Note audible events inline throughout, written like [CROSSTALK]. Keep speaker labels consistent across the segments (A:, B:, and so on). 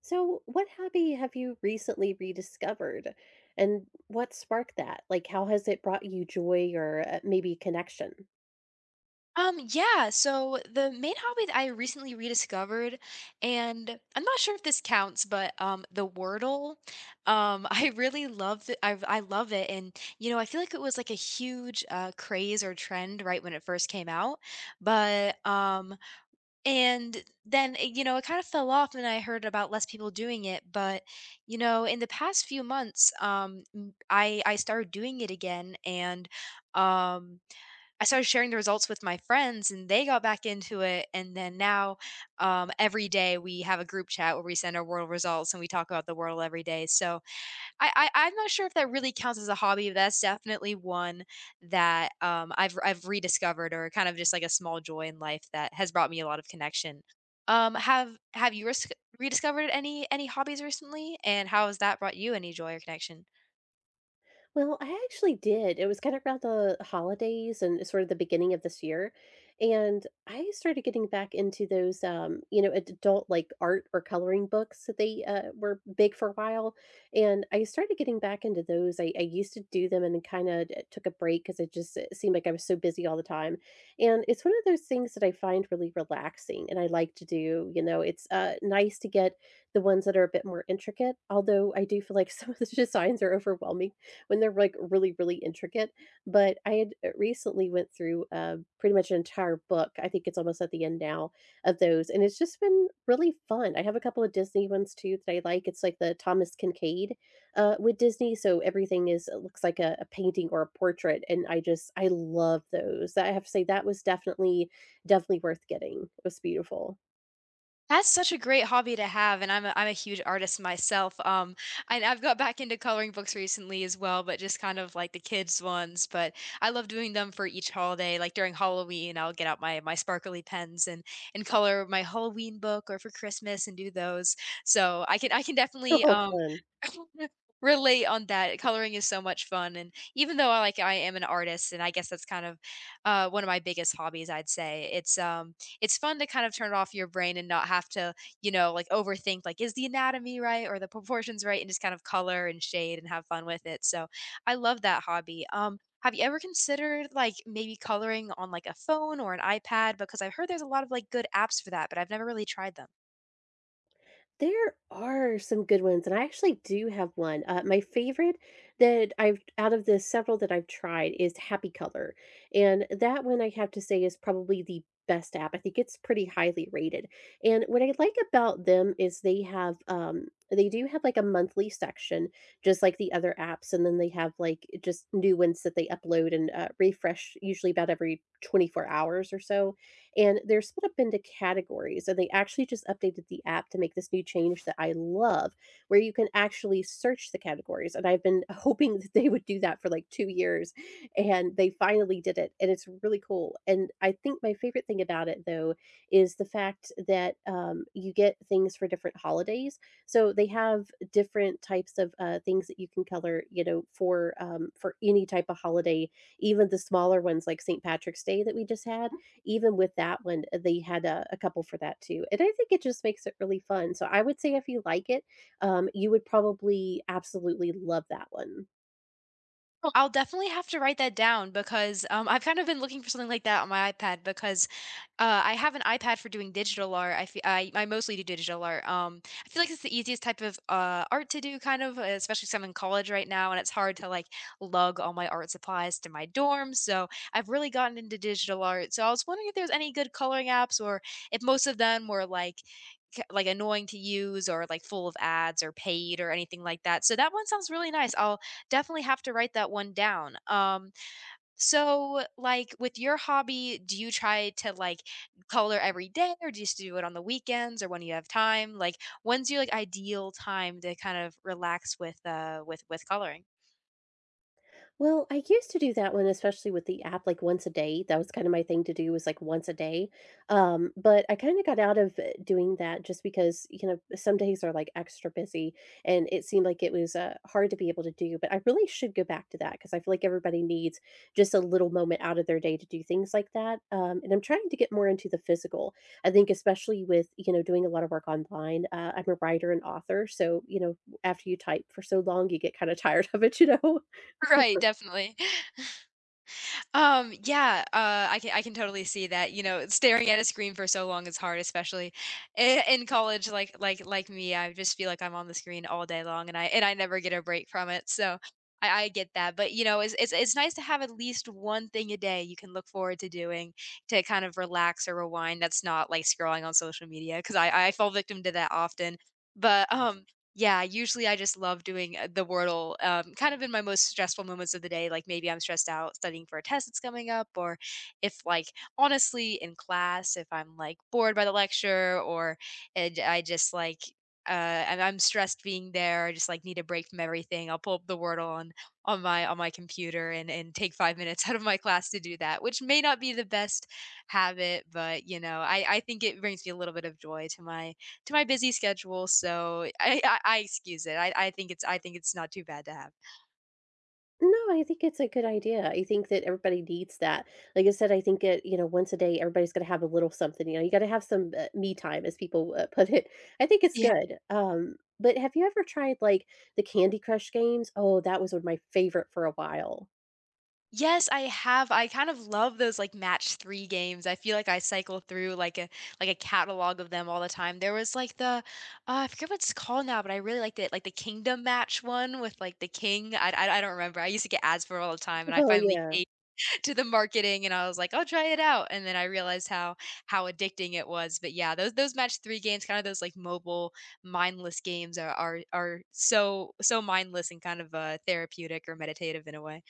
A: So, what hobby have you recently rediscovered and what sparked that? Like, how has it brought you joy or maybe connection?
B: Yeah, so the main hobby that I recently rediscovered, and I'm not sure if this counts, but the Wordle. [LAUGHS] I really love it. I love it. And you know, I feel like it was like a huge craze or trend right when it first came out. But and then it- you know, It kind of fell off and I heard about less people doing it, but you know, in the past few months, I started doing it again and um I started sharing the results with my friends and they got back into it. And then now, every day we have a group chat where we send our world results and we talk about the world every day. So I'm not sure if that really counts as a hobby, but that's definitely one that I've rediscovered, or kind of just like a small joy in life that has brought me a lot of connection. Have you risk rediscovered any hobbies recently, and how has that brought you any joy or connection?
A: Well, I actually did. It was kind of around the holidays and sort of the beginning of this year. And I started getting back into those, you know, adult like art or coloring books that they were big for a while. And I started getting back into those. I used to do them and kind of took a break because it seemed like I was so busy all the time. And it's one of those things that I find really relaxing and I like to do. You know, it's nice to get the ones that are a bit more intricate, although I do feel like [LAUGHS] some of the designs are overwhelming when they're like really, really intricate. But I had recently went through pretty much an entire book. I think it's almost at the end now of those, and it's just been really fun. I have a couple of Disney ones too that I like. It's like the Thomas Kincaid with Disney, so everything is it looks like a painting or a portrait, and I just I love those. That I have to say that was definitely worth getting. It was beautiful.
B: That's such a great hobby to have, and I'm a huge artist myself, and I've got back into coloring books recently as well, but just kind of like the kids' ones. But I love doing them for each holiday. Like during Halloween, I'll get out my sparkly pens and color my Halloween book, or for Christmas and do those, so I can
A: [LAUGHS]
B: definitely,
A: Oh, fun.
B: [LAUGHS] relate on that. Coloring is so much fun, and even though I am an artist, and I guess that's kind of, one of my biggest hobbies, I'd say, it's fun to kind of turn off your brain and not have to, you know, like overthink like is the anatomy right or the proportions right, and just kind of color and shade and have fun with it. So I love that hobby. Have you ever considered like maybe coloring on like a phone or an iPad? Because I've heard there's a lot of like good apps for that, but I've never really tried them.
A: There are some good ones, and I actually do have one. My favorite that I've out of the several that I've tried is Happy Color, and that one I have to say is probably the best app. I think it's pretty highly rated. And what I like about them is they have they do have like a monthly section just like the other apps and then they have like just new ones that they upload and refresh usually about every 24 hours or so and they're split up into categories. And they actually just updated the app to make this new change that I love, where you can actually search the categories. And I've been [LAUGHS] hoping that they would do that for like 2 years, and they finally did it. And it's really cool. And I think my favorite thing about it, though, is the fact that you get things for different holidays. So they have different types of things that you can color, you know, for any type of holiday, even the smaller ones like St. Patrick's Day that we just had even with that one, they had a couple for that too. And I think it just makes it really fun. So I would say if you like it, you would probably absolutely love that one.
B: Oh, I'll definitely have to write that down, because I've kind of been looking for something like that on my iPad, because I have an iPad for doing digital art. I, fe- I mostly do digital art. I feel like it's the easiest type of art to do, kind of, especially 'cause I'm in college right now, and it's hard to like lug all my art supplies to my dorm. So I've really gotten into digital art. So I was wondering if there's any good coloring apps, or if most of them were like annoying to use, or like full of ads, or paid, or anything like that. So that one sounds really nice. I'll definitely have to write that one down. So like with your hobby, do you try to like color every day, or do you just do it on the weekends or when you have time? Like when's your like ideal time to kind of relax with with coloring? [LAUGHS]
A: Well, I used to do that one, especially with the app, like once a day. That was kind of my thing to do was like once a day. But I kind of got out of doing that just because, you know, some days are like extra busy and it seemed like it was hard to be able to do. But I really should go back to that because I feel like everybody needs just a little moment out of their day to do things like that. And I'm trying to get more into the physical. I think, especially with, you know, doing a lot of work online, I'm a writer and author. So, you know, after you type for so long, you get kind of tired [LAUGHS] of it, you know?
B: Right, definitely. I can totally see that. You know, staring at a screen for so long is hard, especially in college. Like me, I just feel like I'm on the screen all day long, and I never get a break from it. So I get that. But you know, it's nice to have at least one thing a day you can look forward to doing to kind of relax or rewind. That's not like scrolling on social media, because I fall victim to that often. But Yeah, usually I just love doing, the Wordle, kind of in my most stressful moments of the day. Like, maybe I'm stressed out studying for a test that's coming up, or if, like, honestly, in class, if I'm, like, bored by the lecture or and I just, like, uh, and I'm stressed being there, I just, like, need a break from everything. I'll pull up the Wordle on my computer and take 5 minutes [LAUGHS] out of my class to do that, which may not be the best habit, but, you know, I think it brings me a little bit of joy to my busy schedule, so I excuse it. I think it's not too bad to have.
A: No, I think it's a good idea. I think that everybody needs that. Like I said, I think it, you know, once a day, everybody's going to have a little something. You know, you got to have some me time, as people put it. I think it's
B: Yeah.
A: good. But have you ever tried like the Candy Crush games? Oh, that was one of my favorite for a while.
B: Yes, I have. I kind of love those like match 3 games. I feel like I cycle through like a catalog of them all the time. There was like the I forget what it's called now, but I really liked it. Like the Kingdom Match one with like the king. I don't remember. I used to get ads for it all the time, and
A: [LAUGHS]
B: I
A: Oh,
B: finally
A: yeah.
B: to the marketing, and I was like, "I'll try it out." And then I realized how addicting it was. But yeah, those match 3 games, kind of those like mobile mindless games are so mindless and kind of, therapeutic or meditative in a way.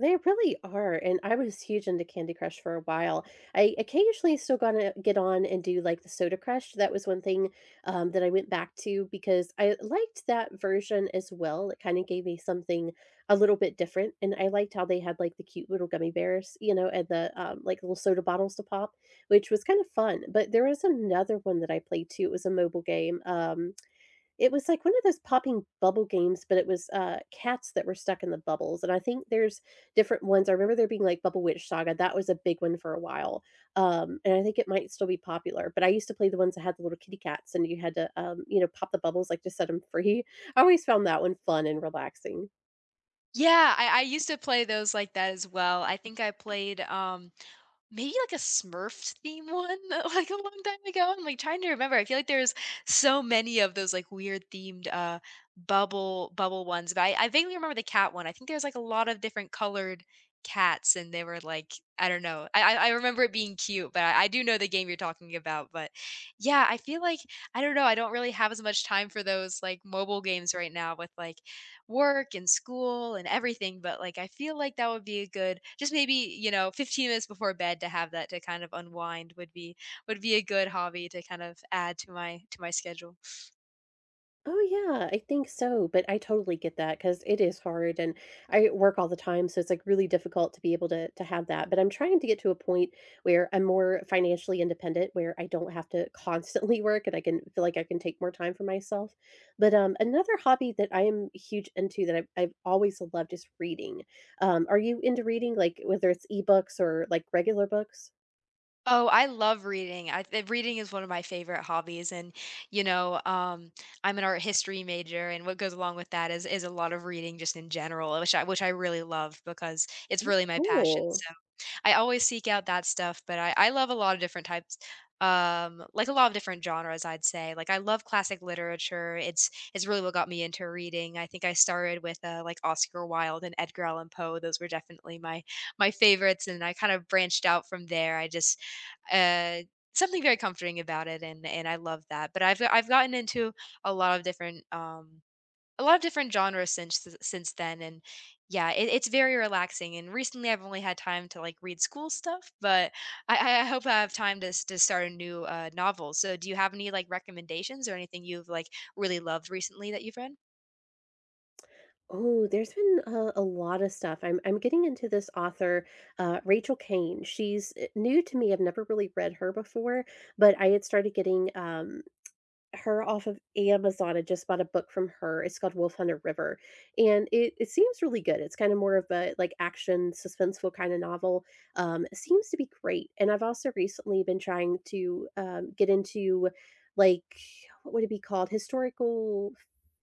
A: They really are, and I was huge into Candy Crush for a while. I occasionally still gonna get on and do like the Soda Crush. That was one thing that I went back to because I liked that version as well. It kind of gave me something a little bit different, and I liked how they had like the cute little gummy bears, you know, and the like little soda bottles to pop, which was kind of fun. But there was another one that I played too. It was a mobile game. It was like one of those popping bubble games, but it was, cats that were stuck in the bubbles, and I think there's different ones. I remember there being, like, Bubble Witch Saga, that was a big one for a while, and I think it might still be popular, but I used to play the ones that had the little kitty cats and you had to, you know, pop the bubbles, like, to set them free. [LAUGHS] I always found that one fun and relaxing.
B: Yeah, I used to play those like that as well. I think I played, maybe like a Smurfs theme one, [LAUGHS] like, a long time ago? I'm, like, trying to remember. I feel like there's so many of those, like, weird themed, bubble ones, but I vaguely remember the cat one. I think there's, like, a lot of different colored cats, and they were, like, I don't know. I remember it being cute, but I do know the game you're talking about, but, yeah, I feel like I don't know, I don't really have as much time for those, like, mobile games right now with, like, work and school and everything, but like I feel like that would be a good just maybe, you know, 15 minutes before bed to have that to kind of unwind, would be a good hobby to kind of add to my schedule.
A: Oh, yeah, I think so, but I totally get that because it is hard, and I work all the time, so it's, like, really difficult to be able to have that, but I'm trying to get to a point where I'm more financially independent, where I don't have to constantly [LAUGHS] work and I can feel like I can take more time for myself, but, another hobby that I am huge into that I've always loved is reading. Are you into reading, like, whether it's ebooks or, like, regular books?
B: Oh, I love reading. Reading is one of my favorite hobbies and you know, I'm an art history major, and what goes along with that is a lot of reading just in general, which I really love because it's really my passion.
A: Cool.
B: So I always seek out that stuff, but I love a lot of different types, like a lot of different genres I'd say. Like I love classic literature. It's really what got me into reading. I think I started with like Oscar Wilde and Edgar Allan Poe. Those were definitely my favorites, and I kind of branched out from there. I just uh Something very comforting about it, and I love that. But I've gotten into a lot of different genres since th since then, and yeah, it's very relaxing. And recently, I've only had time to, like, read school stuff, but I hope I have time to start a new, novel. So do you have any, like, recommendations or anything you've, like, really loved recently that you've read?
A: Oh, there's been a lot of stuff. I'm getting into this author, Rachel Kane. She's new to me. I've never really read her before, but I had started getting her off of Amazon. I just bought a book from her. It's called Wolf Hunter River, and it seems really good. It's kind of more of a like action suspenseful kind of novel. It seems to be great. And I've also recently been trying to get into like what would it be called historical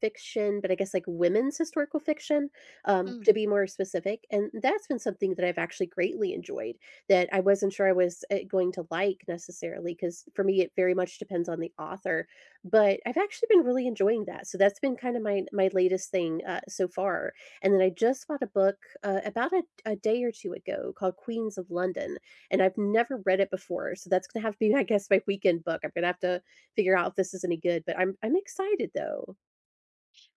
A: fiction but I guess like women's historical fiction, to be more specific, and that's been something that I've actually greatly enjoyed, that I wasn't sure I was going to like necessarily, because for me it very much depends on the author, but I've actually been really enjoying that, so that's been kind of my latest thing, so far, and then I just bought a book, about a day or 2 ago called Queens of London, and I've never read it before, so that's gonna have to be, [LAUGHS] I guess, my weekend book. I'm gonna have to figure out if this is any good, but I'm excited though.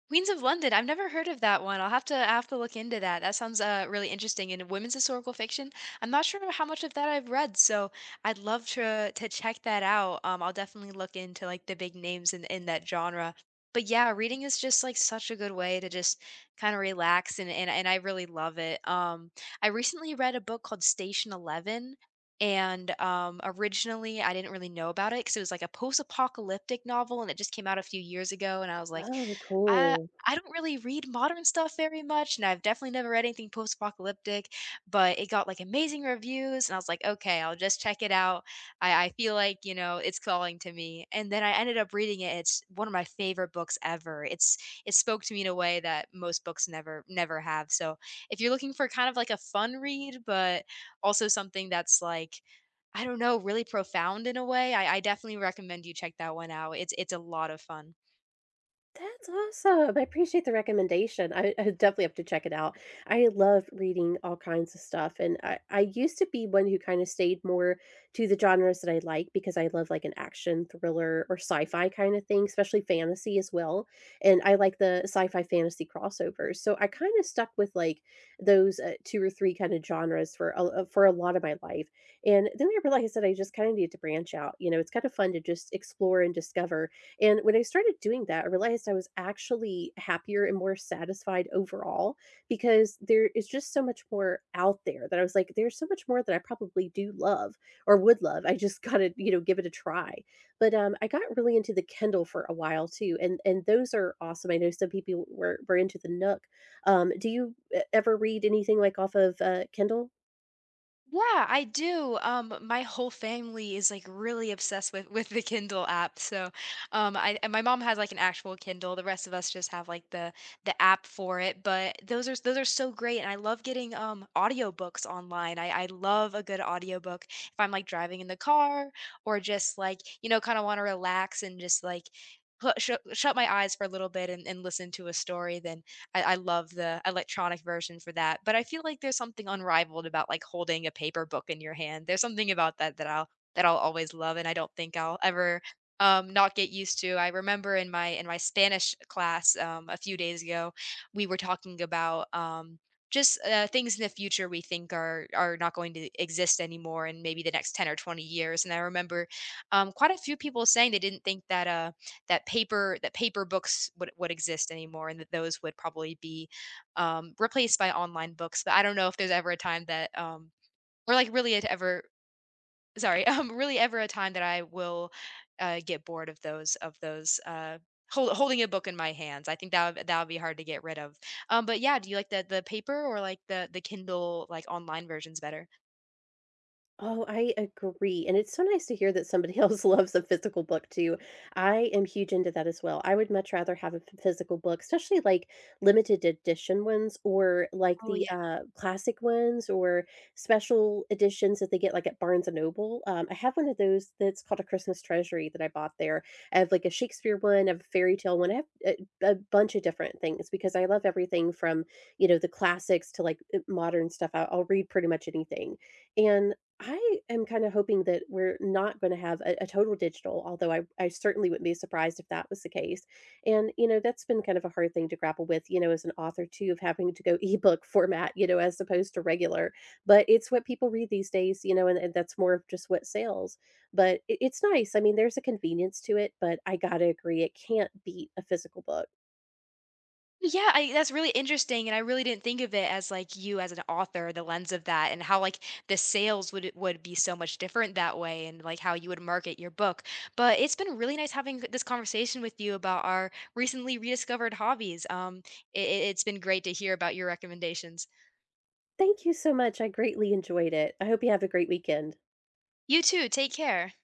B: Queens of London, I've never heard of that one. I have to look into that. That sounds really interesting. And women's historical fiction, I'm not sure how much of that I've read, so I'd love to check that out. I'll definitely look into like the big names in that genre. But yeah, reading is just like such a good way to just kind of relax, and I really love it. I recently read a book called Station 11. And originally, I didn't really know about it because it was like a post apocalyptic novel, and it just came out a few years ago. And I was like,
A: Oh,
B: uh,
A: cool.
B: I don't really read modern stuff very much, and I've definitely never read anything post-apocalyptic, but it got, like, amazing reviews, and I was like, "Okay, I'll just check it out. I feel like, you know, it's calling to me." And then I ended up reading it. It's one of my favorite books ever. It spoke to me in a way that most books never have. So, if you're looking for kind of like a fun read, but also something that's like, I don't know, really profound in a way, I definitely recommend you check that one out. It's a lot of fun.
A: That's awesome. I appreciate the recommendation. I definitely have to check it out. I love reading all kinds of stuff. And I used to be one who kind of stayed more to the genres that I like because I love like an action thriller or sci-fi kind of thing, especially fantasy as well. And I like the sci-fi fantasy crossovers. So I kind of stuck with like those two or three kind of genres for for a lot of my life. And then I realized that I just kind of need to branch out. You know, it's kind of fun to just explore and discover, and when I started doing that, I realized I was actually happier and more satisfied overall because there is just so much more out there that I was like, there's so much more that I probably do love or would love. I just [LAUGHS] gotta, you know, give it a try. But I got really into the Kindle for a while too, and those are awesome. I know some people were into the Nook. Do you ever read anything like off of Kindle?
B: Yeah, I do. My whole family is like really obsessed with the Kindle app. So, I and my mom has like an actual Kindle. The rest of us just have like the app for it. But those are so great, and I love getting audiobooks online. I love a good audiobook if I'm like driving in the car, or just like you know kind of want to relax and just like shut my eyes for a little bit and, listen to a story. Then I love the electronic version for that, but I feel like there's something unrivaled about, like, holding a paper book in your hand. There's something about that that I'll always love, and I don't think I'll ever, not get used to. I remember in my Spanish class, a few days ago, we were talking about, things in the future we think are not going to exist anymore in maybe the next 10 or 20 years. And I remember, quite a few people saying they didn't think that, that paper books would exist anymore, and that those would probably be replaced by online books. But I don't know if there's ever a time that or like really it ever sorry [LAUGHS] really ever a time that I will get bored of holding a book in my hands. I think that that would be hard to get rid of. But yeah, do you like the paper or like the Kindle like online versions better?
A: Oh, I agree, and it's so nice to hear that somebody [LAUGHS] else loves a physical book too. I am huge into that as well. I would much rather have a ph physical book, especially, like, limited edition ones or, like, the, classic ones or special editions that they get, like, at Barnes & and Noble. I have one of those that's called A Christmas Treasury that I bought there. I have, like, a Shakespeare one, I have a fairy tale one, I have a bunch of different things because I love everything from, you know, the classics to, like, modern stuff. I'll read pretty much anything, and I am kind of hoping that we're not going to have a total digital, although I certainly wouldn't be surprised if that was the case. And, you know, that's been kind of a hard thing to grapple with, you know, as an author too, of having to go [LAUGHS] ebook format, you know, as opposed to regular. But it's what people read these days, you know, and, that's more of just what sells. But it's nice. I mean, there's a convenience to it, but I got to agree, it can't beat a physical book.
B: Yeah, I that's really interesting, and I really didn't think of it as, like, you as an author, the lens of that, and how, like, the sales would be so much different that way, and, like, how you would market your book. But it's been really nice having this conversation with you about our recently rediscovered hobbies. It's been great to hear about your recommendations.
A: Thank you so much. I greatly enjoyed it. I hope you have a great weekend.
B: You too, take care.